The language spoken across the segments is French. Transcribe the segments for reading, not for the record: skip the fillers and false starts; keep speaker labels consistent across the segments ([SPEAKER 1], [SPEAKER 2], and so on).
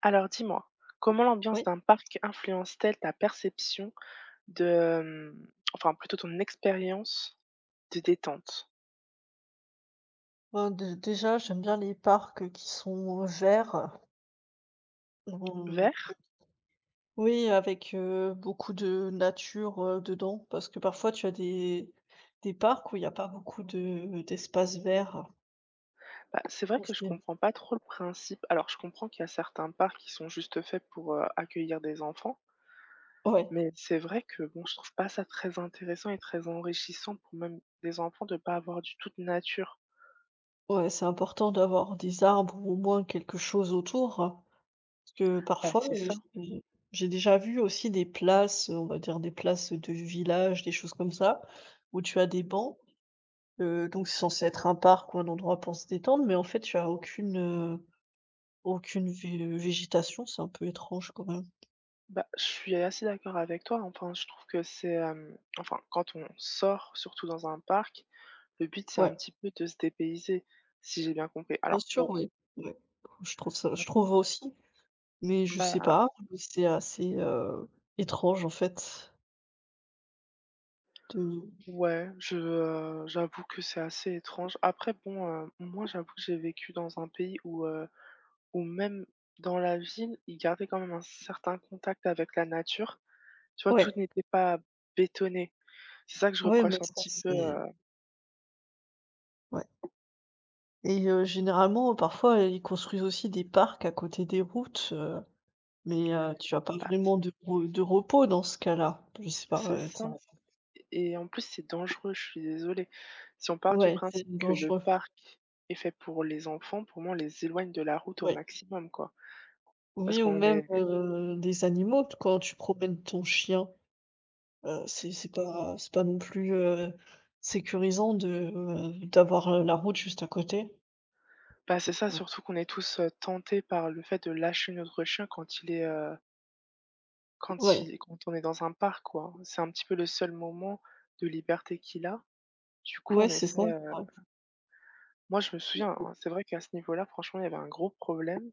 [SPEAKER 1] Alors dis-moi, comment l'ambiance
[SPEAKER 2] Oui,
[SPEAKER 1] d'un parc influence-t-elle ta perception de, enfin plutôt ton expérience de détente?
[SPEAKER 2] ben, dé déjà, j'aime bien les parcs qui sont verts. Ou
[SPEAKER 1] Vert?
[SPEAKER 2] oui, avec, beaucoup de nature, dedans, parce que parfois tu as des parcs où il y a pas beaucoup de d'espace vert
[SPEAKER 1] Bah, c'est vrai que je
[SPEAKER 2] aussi.
[SPEAKER 1] comprends pas trop le principe. Alors je comprends qu'il y a certains parcs qui sont juste faits pour, accueillir des enfants,
[SPEAKER 2] Ouais,
[SPEAKER 1] mais c'est vrai que bon, je trouve pas ça très intéressant et très enrichissant pour même des enfants de pas avoir du tout de nature.
[SPEAKER 2] ouais, c'est important d'avoir des arbres ou au moins quelque chose autour, hein. Parce que
[SPEAKER 1] Bah,
[SPEAKER 2] parfois,
[SPEAKER 1] c'est ça.
[SPEAKER 2] j'ai déjà vu aussi des places, on va dire des places de village, des choses comme ça, où tu as des bancs. Donc c'est censé être un parc ou un endroit pour se détendre, mais en fait, tu as aucune, aucune vé végétation, c'est un peu étrange quand même.
[SPEAKER 1] Bah, je suis assez d'accord avec toi. Enfin, je trouve que c'est, enfin quand on sort surtout dans un parc. Le but, c'est
[SPEAKER 2] Ouais,
[SPEAKER 1] un petit peu de se dépayser, si j'ai bien compris.
[SPEAKER 2] bien
[SPEAKER 1] Alors
[SPEAKER 2] sûr,
[SPEAKER 1] bon.
[SPEAKER 2] oui, ouais. Je
[SPEAKER 1] Mmh.
[SPEAKER 2] trouve aussi, mais je sais
[SPEAKER 1] Bah,
[SPEAKER 2] pas, mais c'est assez, étrange en fait de
[SPEAKER 1] ouais, je, j'avoue que c'est assez étrange. Après bon, moi j'avoue que j'ai vécu dans un pays où même dans la ville, ils gardaient quand même un certain contact avec la nature. Tu vois, tout
[SPEAKER 2] ouais,
[SPEAKER 1] n'était pas bétonné. C'est ça que je
[SPEAKER 2] ouais, mais
[SPEAKER 1] reproche un
[SPEAKER 2] ça
[SPEAKER 1] petit peu,
[SPEAKER 2] c'est ouais, et généralement, parfois, ils construisent aussi des parcs à côté des routes, mais tu as pas
[SPEAKER 1] bah,
[SPEAKER 2] vraiment de repos dans ce cas-là. Je sais pas,
[SPEAKER 1] c'est ça
[SPEAKER 2] ça.
[SPEAKER 1] et en plus c'est dangereux, je suis désolée. Si on part du
[SPEAKER 2] Ouais, c'est
[SPEAKER 1] principe que le
[SPEAKER 2] dangereux,
[SPEAKER 1] parc est fait pour les enfants, pour moi on les éloigne de la route au
[SPEAKER 2] ouais.
[SPEAKER 1] maximum, quoi. Parce
[SPEAKER 2] Oui, ou
[SPEAKER 1] qu'on
[SPEAKER 2] même,
[SPEAKER 1] est,
[SPEAKER 2] des animaux t quand tu promènes ton chien, c'est pas non plus, sécurisant d'avoir, la route juste à côté.
[SPEAKER 1] bah, c'est ça,
[SPEAKER 2] Ouais.
[SPEAKER 1] surtout qu'on est tous, tentés par le fait de lâcher notre chien quand il est,
[SPEAKER 2] Ouais,
[SPEAKER 1] quand on est dans un parc, quoi. C'est un petit peu le seul moment de liberté qu'il a. Du coup,
[SPEAKER 2] ouais,
[SPEAKER 1] on
[SPEAKER 2] c'est ça,
[SPEAKER 1] essaie, heu
[SPEAKER 2] ouais.
[SPEAKER 1] moi, je me souviens, hein, c'est vrai qu'à ce niveau-là, franchement, il y avait un gros problème.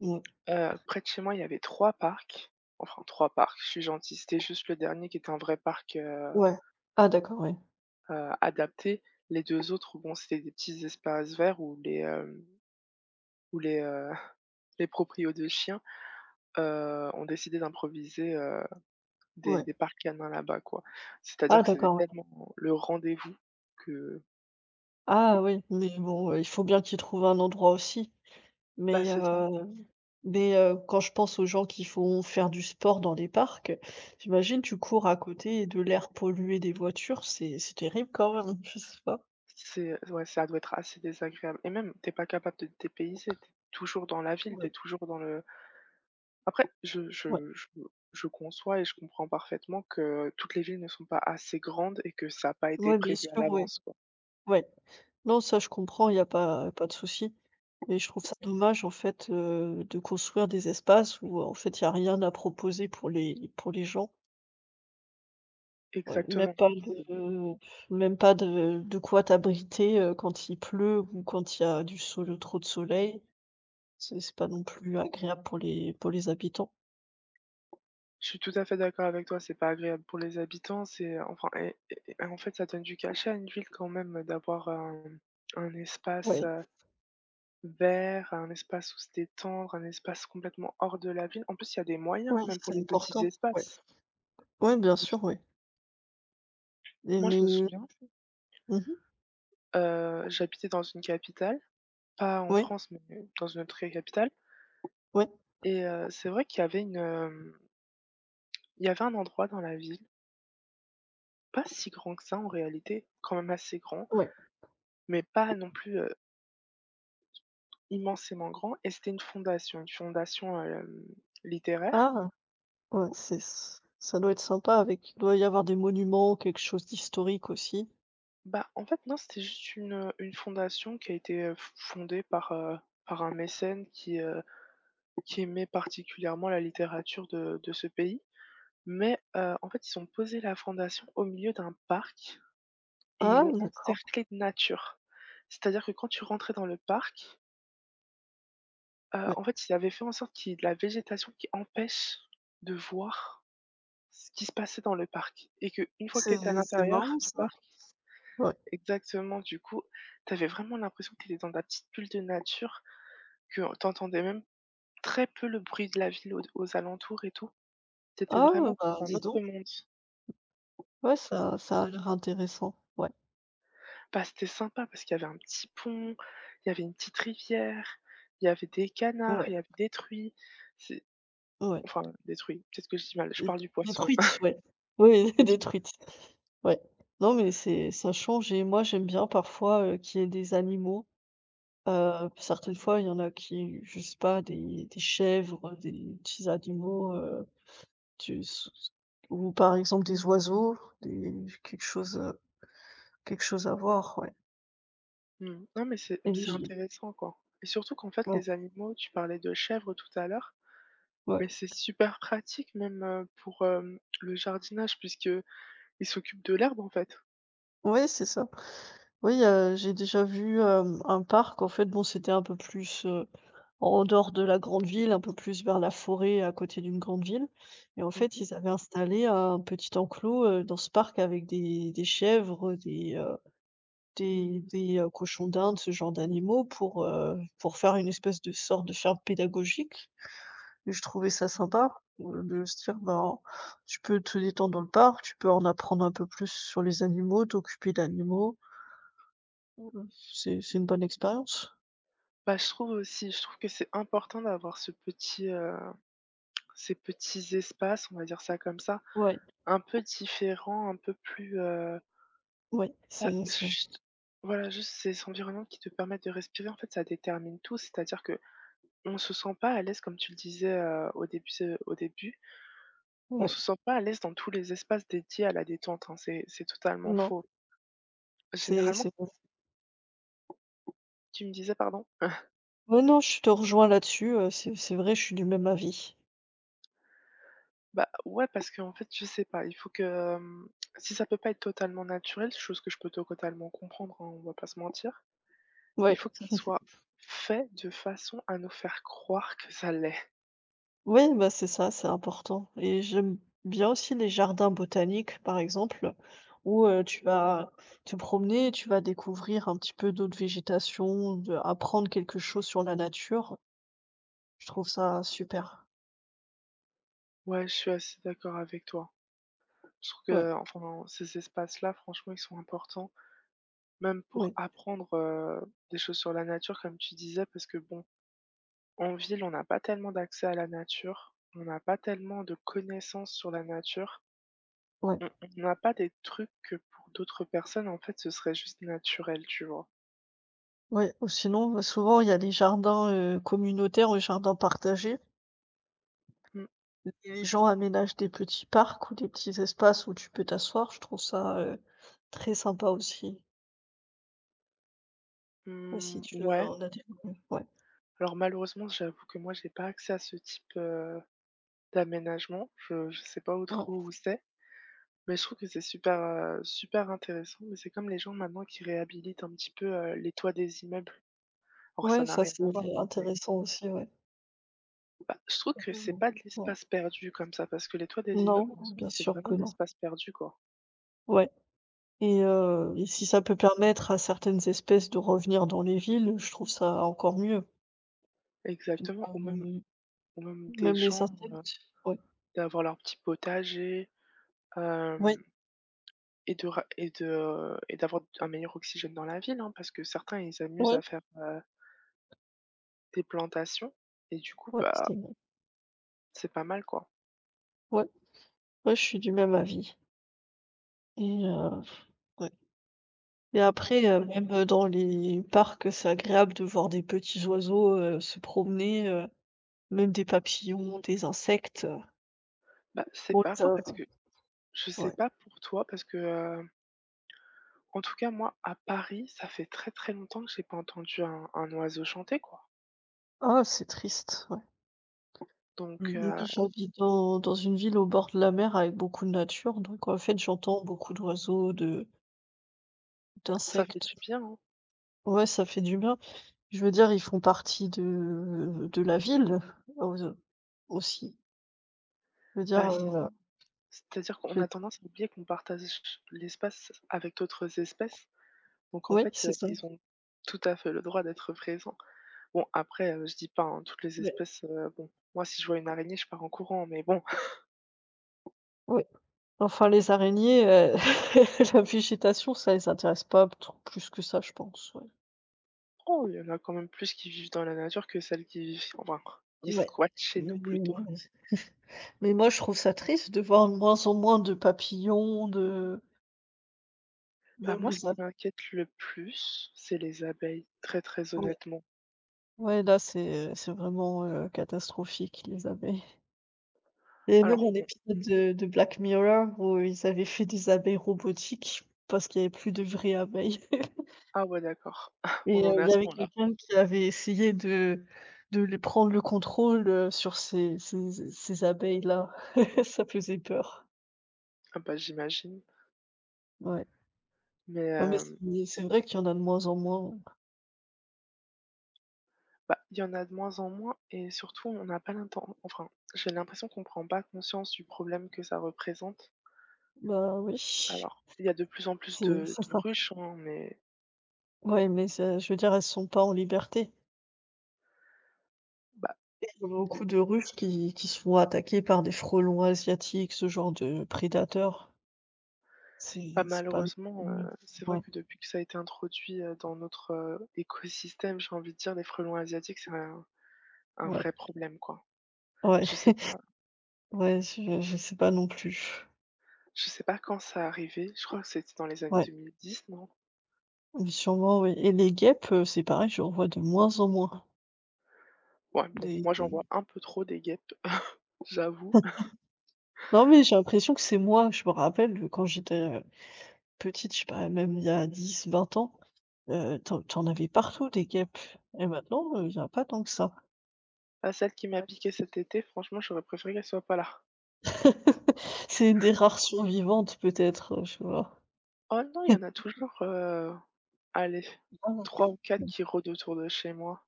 [SPEAKER 2] Mmh.
[SPEAKER 1] Près de chez moi, il y avait 3 parcs, enfin 3 parcs, je suis gentille, c'était juste le dernier qui était un vrai parc,
[SPEAKER 2] Ouais. Ah d'accord, ouais.
[SPEAKER 1] adapté. Les 2 autres, bon, c'était des petits espaces verts où les, où les, les proprios de chiens ont décidé d'improviser, des
[SPEAKER 2] Ouais.
[SPEAKER 1] des parcs canins là-bas, quoi.
[SPEAKER 2] Ah
[SPEAKER 1] C'est-à-dire que c'était
[SPEAKER 2] d'accord, ouais.
[SPEAKER 1] tellement le rendez-vous que.
[SPEAKER 2] Ah oui, mais bon, il faut bien qu'ils trouvent un endroit aussi.
[SPEAKER 1] Bah,
[SPEAKER 2] Mais,
[SPEAKER 1] c'est ça.
[SPEAKER 2] heu mais, quand je pense aux gens qui font faire du sport dans les parcs, j'imagine tu cours à côté de l'air pollué des voitures, c'est terrible quand même, je sais pas.
[SPEAKER 1] C'est, ouais, ça doit être assez désagréable et même t'es pas capable de te dépayser, tu toujours dans la ville, t'es
[SPEAKER 2] Ouais,
[SPEAKER 1] toujours dans le. Après, je
[SPEAKER 2] ouais,
[SPEAKER 1] je je je conçois et je comprends parfaitement que toutes les villes ne sont pas assez grandes et que ça n'a pas été
[SPEAKER 2] ouais, bien
[SPEAKER 1] prévu à
[SPEAKER 2] sûr, ouais,
[SPEAKER 1] l'avance, quoi.
[SPEAKER 2] ouais. Non, ça, je comprends, il y a pas de souci. Mais je trouve ça dommage, en fait, de construire des espaces où, en fait, il y a rien à proposer pour les gens. Ouais,
[SPEAKER 1] Exactement.
[SPEAKER 2] même pas de quoi t'abriter, quand il pleut ou quand il y a du sole trop de soleil. C'est pas non plus agréable pour les habitants.
[SPEAKER 1] Je suis tout à fait d'accord avec toi, c'est pas agréable pour les habitants, c'est enfin et en fait, ça donne du cachet à une ville quand même d'avoir un espace,
[SPEAKER 2] Ouais,
[SPEAKER 1] vert, un espace où se détendre, un espace complètement hors de la ville. En plus, il y a des moyens,
[SPEAKER 2] ouais,
[SPEAKER 1] hein, même pour
[SPEAKER 2] c'est
[SPEAKER 1] les petits
[SPEAKER 2] important. Ouais.
[SPEAKER 1] espaces.
[SPEAKER 2] Ouais, bien sûr, ouais. Et
[SPEAKER 1] Moi, je
[SPEAKER 2] mais
[SPEAKER 1] me
[SPEAKER 2] mmh
[SPEAKER 1] souviens, j'habitais dans une capitale, pas en
[SPEAKER 2] Ouais,
[SPEAKER 1] France, mais dans une autre capitale
[SPEAKER 2] ouais,
[SPEAKER 1] et c'est vrai qu'il y avait il y avait un endroit dans la ville, pas si grand que ça en réalité, quand même assez grand,
[SPEAKER 2] ouais.
[SPEAKER 1] mais pas non plus immensément grand et c'était une fondation, littéraire.
[SPEAKER 2] Ah! Ouais, c'est s ça doit être sympa avec il doit y avoir des monuments, quelque chose d'historique aussi?
[SPEAKER 1] Bah, en fait, non, c'était juste une fondation qui a été, f fondée par, par un mécène qui aimait particulièrement la littérature de ce pays. Mais, en fait, ils ont posé la fondation au milieu d'un parc et ils
[SPEAKER 2] Ah
[SPEAKER 1] l'ont
[SPEAKER 2] d'accord,
[SPEAKER 1] encerclée de nature. C'est-à-dire que quand tu rentrais dans le parc,
[SPEAKER 2] ouais.
[SPEAKER 1] en fait, ils avaient fait en sorte qu'il y ait de la végétation qui empêche de voir ce qui se passait dans le parc et que une fois que tu étais à
[SPEAKER 2] C'est
[SPEAKER 1] l'intérieur
[SPEAKER 2] marrant
[SPEAKER 1] du
[SPEAKER 2] ça,
[SPEAKER 1] parc,
[SPEAKER 2] ouais.
[SPEAKER 1] exactement, du coup, tu avais vraiment l'impression que tu étais dans ta petite bulle de nature, que tu entendais même très peu le bruit de la ville aux alentours et tout. Tu
[SPEAKER 2] Ah,
[SPEAKER 1] vraiment
[SPEAKER 2] bah,
[SPEAKER 1] dans un
[SPEAKER 2] dis
[SPEAKER 1] autre
[SPEAKER 2] donc.
[SPEAKER 1] monde.
[SPEAKER 2] Ouais, ça a l'air intéressant. Ouais,
[SPEAKER 1] Bah, c'était sympa parce qu'il y avait un petit pont, il y avait une petite rivière, il y avait des canards,
[SPEAKER 2] ouais,
[SPEAKER 1] il y avait des truies. C'est
[SPEAKER 2] ouais.
[SPEAKER 1] enfin, des truies, peut-être que je dis mal, je
[SPEAKER 2] Des
[SPEAKER 1] parle du
[SPEAKER 2] des
[SPEAKER 1] poisson,
[SPEAKER 2] truites, ouais. Oui,
[SPEAKER 1] des
[SPEAKER 2] des
[SPEAKER 1] truies.
[SPEAKER 2] truites. Ouais. Non, mais c'est ça change et moi, j'aime bien parfois, qu'il y ait des animaux. Certaines fois, il y en a qui je sais pas, des chèvres, des petits animaux, tu s ou par exemple des oiseaux, des quelque chose à voir, ouais.
[SPEAKER 1] Mmh. Non mais c'est
[SPEAKER 2] Et Mmh
[SPEAKER 1] c'est
[SPEAKER 2] j
[SPEAKER 1] intéressant, quoi et surtout qu'en fait,
[SPEAKER 2] ouais,
[SPEAKER 1] les animaux, tu parlais de chèvres tout à l'heure.
[SPEAKER 2] ouais.
[SPEAKER 1] Mais c'est super pratique même, pour, le jardinage puisque il s'occupe de l'herbe, en fait.
[SPEAKER 2] Ouais, c'est ça. Oui, j'ai déjà vu, un parc, en fait, bon, c'était un peu plus, en dehors de la grande ville, un peu plus vers la forêt, à côté d'une grande ville et en fait,
[SPEAKER 1] Mmh.
[SPEAKER 2] ils avaient installé un petit enclos, dans ce parc avec des chèvres, cochons d'Inde, ce genre d'animaux pour faire une espèce de sorte de ferme pédagogique et je trouvais ça sympa, de se dire: «Ben, tu peux te détendre dans le parc, tu peux en apprendre un peu plus sur les animaux, t'occuper d'animaux». Ouh là, c'est une bonne expérience?
[SPEAKER 1] Bah, je trouve aussi, je trouve que c'est important d'avoir ce petit, ces petits espaces, on va dire ça comme ça,
[SPEAKER 2] Ouais,
[SPEAKER 1] un peu différents, un peu plus,
[SPEAKER 2] ouais,
[SPEAKER 1] bah,
[SPEAKER 2] c'est
[SPEAKER 1] juste voilà, juste ces environnements qui te permettent de respirer, en fait, ça détermine tout. C'est-à-dire que on se sent pas à l'aise, comme tu le disais, au début, on
[SPEAKER 2] ouais,
[SPEAKER 1] se sent pas à l'aise dans tous les espaces dédiés à la détente, hein, c'est totalement
[SPEAKER 2] non,
[SPEAKER 1] faux.
[SPEAKER 2] c'est
[SPEAKER 1] Généralement.
[SPEAKER 2] c'est bon.
[SPEAKER 1] Tu me disais, pardon?
[SPEAKER 2] Ouais, non, je te rejoins là-dessus, c'est vrai, je suis du même avis.
[SPEAKER 1] Bah, ouais, parce que en fait, je sais pas, il faut que, si ça peut pas être totalement naturel, chose que je peux totalement comprendre, hein, on va pas se mentir, il
[SPEAKER 2] Ouais,
[SPEAKER 1] faut que ça soit fait de façon à nous faire croire que ça l'est.
[SPEAKER 2] ouais, bah, c'est ça, c'est important et j'aime bien aussi les jardins botaniques, par exemple, où, tu vas te promener, tu vas découvrir un petit peu d'autres végétations, de apprendre quelque chose sur la nature. Je trouve ça super.
[SPEAKER 1] Ouais, je suis assez d'accord avec toi. Je trouve
[SPEAKER 2] Ouais,
[SPEAKER 1] que, enfin, ces espaces-là, franchement, ils sont importants, même pour
[SPEAKER 2] ouais,
[SPEAKER 1] apprendre, des choses sur la nature, comme tu disais, parce que bon, en ville, on n'a pas tellement d'accès à la nature, on n'a pas tellement de connaissances sur la nature.
[SPEAKER 2] ouais.
[SPEAKER 1] On n'a pas des trucs que pour d'autres personnes, en fait, ce serait juste naturel, tu vois?
[SPEAKER 2] Ouais, ou sinon, bah, souvent, il y a les jardins, communautaires ou jardins partagés.
[SPEAKER 1] Mmh.
[SPEAKER 2] Les gens aménagent des petits parcs ou des petits espaces où tu peux t'asseoir. Je trouve ça, très sympa aussi, si
[SPEAKER 1] Mh,
[SPEAKER 2] tu veux
[SPEAKER 1] ouais.
[SPEAKER 2] en a des ouais, ouais.
[SPEAKER 1] Alors malheureusement, j'avoue que moi, j'ai pas accès à ce type, d'aménagement. Je sais pas où
[SPEAKER 2] Ouais,
[SPEAKER 1] trop où c'est, mais je trouve que c'est super, super intéressant, mais c'est comme les gens maintenant qui réhabilitent un petit peu, les toits des immeubles. Alors ça
[SPEAKER 2] ouais,
[SPEAKER 1] n'a
[SPEAKER 2] ça
[SPEAKER 1] rien
[SPEAKER 2] c'est
[SPEAKER 1] à voir, hein, mais
[SPEAKER 2] intéressant aussi, ouais.
[SPEAKER 1] bah, je trouve que c'est
[SPEAKER 2] Mmh.
[SPEAKER 1] pas de
[SPEAKER 2] Ouais.
[SPEAKER 1] l'espace perdu comme ça, parce que les toits des immeubles,
[SPEAKER 2] Non,
[SPEAKER 1] en soi,
[SPEAKER 2] bien
[SPEAKER 1] c'est
[SPEAKER 2] sûr
[SPEAKER 1] vraiment
[SPEAKER 2] que
[SPEAKER 1] de
[SPEAKER 2] non.
[SPEAKER 1] l'espace perdu, quoi.
[SPEAKER 2] Ouais, et si ça peut permettre à certaines espèces de revenir dans les villes, je trouve ça encore mieux. Tu dis:
[SPEAKER 1] Exactement,
[SPEAKER 2] «Ah,
[SPEAKER 1] ou même ou même des
[SPEAKER 2] Même les
[SPEAKER 1] gens,
[SPEAKER 2] insectes», ouais.
[SPEAKER 1] d'avoir leur petit potager,
[SPEAKER 2] Ouais,
[SPEAKER 1] hem et de ra et de, et d'avoir un meilleur oxygène dans la ville, hein, parce que certains, ils s'amusent
[SPEAKER 2] ouais,
[SPEAKER 1] à faire, des plantations et du coup,
[SPEAKER 2] ouais, c'est
[SPEAKER 1] bah, c'est pas mal, quoi.
[SPEAKER 2] ouais. Ouais, je suis du même avis et ouais et après, même, dans les parcs, c'est agréable de voir des petits oiseaux, se promener, même des papillons, des insectes,
[SPEAKER 1] Bah, c'est
[SPEAKER 2] Bon
[SPEAKER 1] pas faux
[SPEAKER 2] ça
[SPEAKER 1] parce que je sais
[SPEAKER 2] ouais.
[SPEAKER 1] pas pour toi parce que, en tout cas moi à Paris, ça fait très, très longtemps que j'ai pas entendu un oiseau chanter, quoi.
[SPEAKER 2] Ah, c'est triste, ouais.
[SPEAKER 1] Donc.
[SPEAKER 2] Mmh. Moi j'habite dans une ville au bord de la mer avec beaucoup de nature donc en fait j'entends beaucoup d'oiseaux, de
[SPEAKER 1] Ça fait
[SPEAKER 2] d'insectes.
[SPEAKER 1] du bien, hein.
[SPEAKER 2] Ouais, ça fait du bien. Je veux dire, ils font partie de la ville, aux aussi. Je veux dire,
[SPEAKER 1] Bah, c'est ça. C'est-à-dire qu'on
[SPEAKER 2] je
[SPEAKER 1] a tendance à oublier qu'on partage l'espace avec d'autres espèces. Donc en
[SPEAKER 2] oui,
[SPEAKER 1] fait,
[SPEAKER 2] c'est ça.
[SPEAKER 1] ils ont tout à fait le droit d'être présents. Bon après, je dis pas, hein, toutes les espèces, bon, moi si je vois une araignée, je pars en courant, mais bon,
[SPEAKER 2] Oui, enfin les araignées, la végétation, ça les intéresse pas trop plus que ça, je pense, ouais.
[SPEAKER 1] oh, il y en a quand même plus qui vivent dans la nature que celles qui vivent enfin, qui
[SPEAKER 2] Ouais.
[SPEAKER 1] squattent chez
[SPEAKER 2] Mais
[SPEAKER 1] nous plutôt.
[SPEAKER 2] mais moi, je trouve ça triste de voir de moins en moins de papillons, de
[SPEAKER 1] Bah,
[SPEAKER 2] même
[SPEAKER 1] moi ce
[SPEAKER 2] les
[SPEAKER 1] qui
[SPEAKER 2] abeilles.
[SPEAKER 1] m'inquiète le plus, c'est les abeilles, très, très
[SPEAKER 2] Ouais,
[SPEAKER 1] honnêtement.
[SPEAKER 2] ouais, là, c'est vraiment, catastrophique les abeilles. Il y avait même
[SPEAKER 1] Alors
[SPEAKER 2] un
[SPEAKER 1] on.
[SPEAKER 2] épisode de Black Mirror où ils avaient fait des abeilles robotiques parce qu'il n'y avait plus de vraies abeilles.
[SPEAKER 1] Ah, ouais, d'accord,
[SPEAKER 2] Et,
[SPEAKER 1] on en est
[SPEAKER 2] il
[SPEAKER 1] à
[SPEAKER 2] y
[SPEAKER 1] ce
[SPEAKER 2] avait
[SPEAKER 1] point-là.
[SPEAKER 2] quelqu'un qui avait essayé de les prendre le contrôle, sur ces abeilles-là. Ça faisait peur.
[SPEAKER 1] Ah bah, j'imagine,
[SPEAKER 2] Ouais.
[SPEAKER 1] mais.
[SPEAKER 2] Non, mais
[SPEAKER 1] Hem
[SPEAKER 2] c'est vrai qu'il y en a de moins en moins.
[SPEAKER 1] Bah, il y en a de moins en moins et surtout on n'a pas l'inten enfin, j'ai l'impression qu'on prend pas conscience du problème que ça représente.
[SPEAKER 2] Bah, oui,
[SPEAKER 1] Alors, il y a de plus en plus
[SPEAKER 2] c'est
[SPEAKER 1] de
[SPEAKER 2] c'est
[SPEAKER 1] de
[SPEAKER 2] ça.
[SPEAKER 1] ruches, hein, mais
[SPEAKER 2] Ouais, mais c'est je veux dire, elles sont pas en liberté.
[SPEAKER 1] bah,
[SPEAKER 2] Il y a
[SPEAKER 1] l
[SPEAKER 2] beaucoup de ruches qui se font attaquer par des frelons asiatiques, ce genre de prédateurs.
[SPEAKER 1] pas
[SPEAKER 2] C'est pas
[SPEAKER 1] malheureusement, c'est vrai
[SPEAKER 2] Ouais,
[SPEAKER 1] que depuis que ça a été introduit, dans notre, écosystème, j'ai envie de dire, les frelons asiatiques, c'est un
[SPEAKER 2] ouais,
[SPEAKER 1] vrai problème, quoi.
[SPEAKER 2] ouais,
[SPEAKER 1] Je sais pas
[SPEAKER 2] ouais, je sais pas non plus.
[SPEAKER 1] je sais pas quand ça a arrivé, je crois que c'était dans les années
[SPEAKER 2] Ouais.
[SPEAKER 1] 2010, non?
[SPEAKER 2] Oui, sûrement, oui et les guêpes, c'est pareil, j'en vois de moins en moins.
[SPEAKER 1] Ouais, bon, moi j'en vois
[SPEAKER 2] Des
[SPEAKER 1] un peu trop des guêpes, j'avoue.
[SPEAKER 2] Non, mais j'ai l'impression que c'est moi. Je me rappelle, quand j'étais, petite, je sais pas, même il y a 10 20 ans, tu en avais partout des guêpes et maintenant, il y en a pas tant que ça.
[SPEAKER 1] Là, celle qui m'a piqué cet été, franchement, j'aurais préféré qu'elle soit pas là.
[SPEAKER 2] C'est une des rares survivantes peut-être, tu vois?
[SPEAKER 1] Oh non, il y en a toujours, allez, 3 ou 4 qui rôdent autour de chez moi,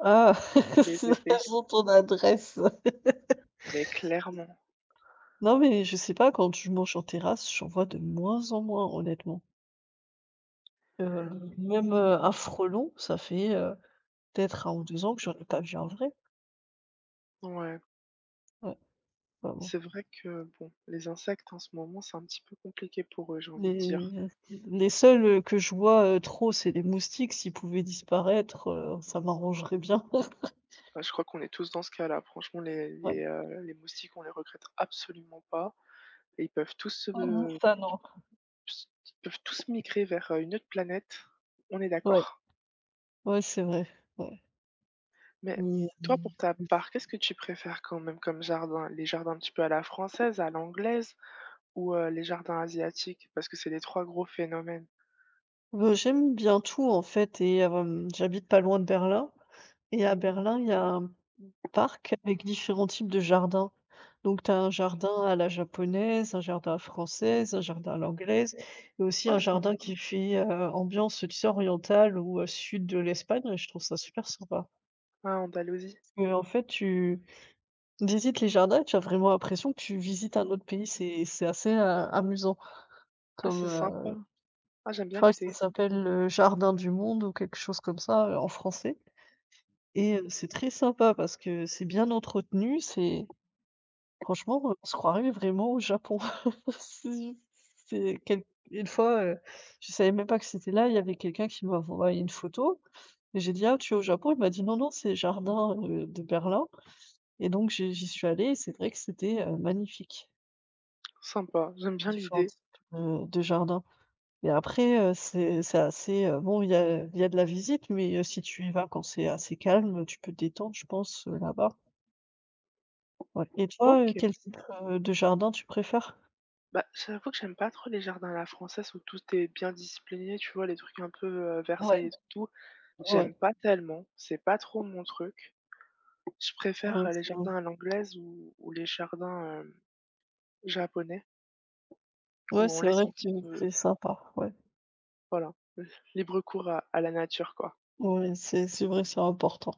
[SPEAKER 2] Ah!
[SPEAKER 1] tous les étés,
[SPEAKER 2] Elles ont ton adresse.
[SPEAKER 1] mais clairement.
[SPEAKER 2] Non, mais je sais pas, quand je mange en terrasse, j'en vois de moins en moins, honnêtement. Heu, Même, un frelon, ça fait, peut-être un ou 2 ans que j'en ai pas vu un vrai.
[SPEAKER 1] Ouais.
[SPEAKER 2] Ouais, vraiment.
[SPEAKER 1] C'est vrai que bon, les insectes en ce moment, c'est un petit peu compliqué pour eux, j'ai envie de dire.
[SPEAKER 2] Les les seuls, que je vois, trop, c'est les moustiques. S'ils pouvaient disparaître, ça m'arrangerait bien.
[SPEAKER 1] Bah, je crois qu'on est tous dans ce cas-là. Franchement, les
[SPEAKER 2] Ouais.
[SPEAKER 1] les, heu, les moustiques, on les regrette absolument pas et ils peuvent tous,
[SPEAKER 2] Ah non, ça non.
[SPEAKER 1] s ils peuvent tous migrer vers, une autre planète, on est
[SPEAKER 2] Ouais,
[SPEAKER 1] d'accord.
[SPEAKER 2] ouais, c'est vrai. Ouais.
[SPEAKER 1] Mais
[SPEAKER 2] Mais,
[SPEAKER 1] toi, pour ta part, qu'est-ce que tu préfères quand même comme jardin? Les jardins un petit peu à la française, à l'anglaise? Ou, les jardins asiatiques parce que c'est les 3 gros phénomènes.
[SPEAKER 2] bah, j'aime bien tout en fait et, j'habite pas loin de Berlin et à
[SPEAKER 1] Mmh.
[SPEAKER 2] Berlin, il y a un parc avec différents types de jardins. Donc, tu as un jardin à la japonaise, un jardin à la française, un jardin à l'anglaise et aussi
[SPEAKER 1] Oh
[SPEAKER 2] un jardin
[SPEAKER 1] sympa.
[SPEAKER 2] qui fait, ambiance, tu sais, orientale ou, sud de l'Espagne et je trouve ça super sympa.
[SPEAKER 1] Ah Andalousie.
[SPEAKER 2] Et en fait, tu visites les jardins et tu as vraiment l'impression que tu visites un autre pays. C'est assez, amusant
[SPEAKER 1] Ah
[SPEAKER 2] comme,
[SPEAKER 1] c'est sympa. Ah j'aime
[SPEAKER 2] je
[SPEAKER 1] bien
[SPEAKER 2] crois que ça
[SPEAKER 1] l'idée.
[SPEAKER 2] s'appelle le jardin du monde ou quelque chose comme ça, en français et, c'est très sympa parce que c'est bien entretenu, c'est franchement, on se croirait vraiment au Japon. C'est c'est quel une fois, je savais même pas que c'était là, il y avait quelqu'un qui m'a envoyé une photo et j'ai dit: «Ah, tu es au Japon?» il m'a dit: «Non, non, c'est les jardins, de Berlin» et donc j'y suis allée et c'est vrai que c'était, magnifique,
[SPEAKER 1] Sympa, j'aime bien
[SPEAKER 2] différents
[SPEAKER 1] l'idée.
[SPEAKER 2] types, de jardins et après, c'est assez, bon, il y a de la visite mais, si tu y vas quand c'est assez calme, tu peux te détendre, je pense, là-bas. Ouais, et toi,
[SPEAKER 1] OK.
[SPEAKER 2] quel type, de jardin tu préfères?
[SPEAKER 1] Bah, j'avoue que j'aime pas trop les jardins à la française où tout est bien discipliné, tu vois? Les trucs un peu,
[SPEAKER 2] Ouais,
[SPEAKER 1] Versailles et tout.
[SPEAKER 2] ouais.
[SPEAKER 1] J'aime pas tellement, c'est pas trop mon truc. Je préfère,
[SPEAKER 2] Ouais,
[SPEAKER 1] les
[SPEAKER 2] c'est vrai.
[SPEAKER 1] jardins à l'anglaise ou les jardins, japonais
[SPEAKER 2] Ouais,
[SPEAKER 1] où on
[SPEAKER 2] c'est
[SPEAKER 1] laisse
[SPEAKER 2] vrai
[SPEAKER 1] un
[SPEAKER 2] que
[SPEAKER 1] petit
[SPEAKER 2] que
[SPEAKER 1] peu,
[SPEAKER 2] c'est sympa, ouais.
[SPEAKER 1] voilà, libre cours à la nature, quoi.
[SPEAKER 2] Ouais, c'est vrai, c'est important.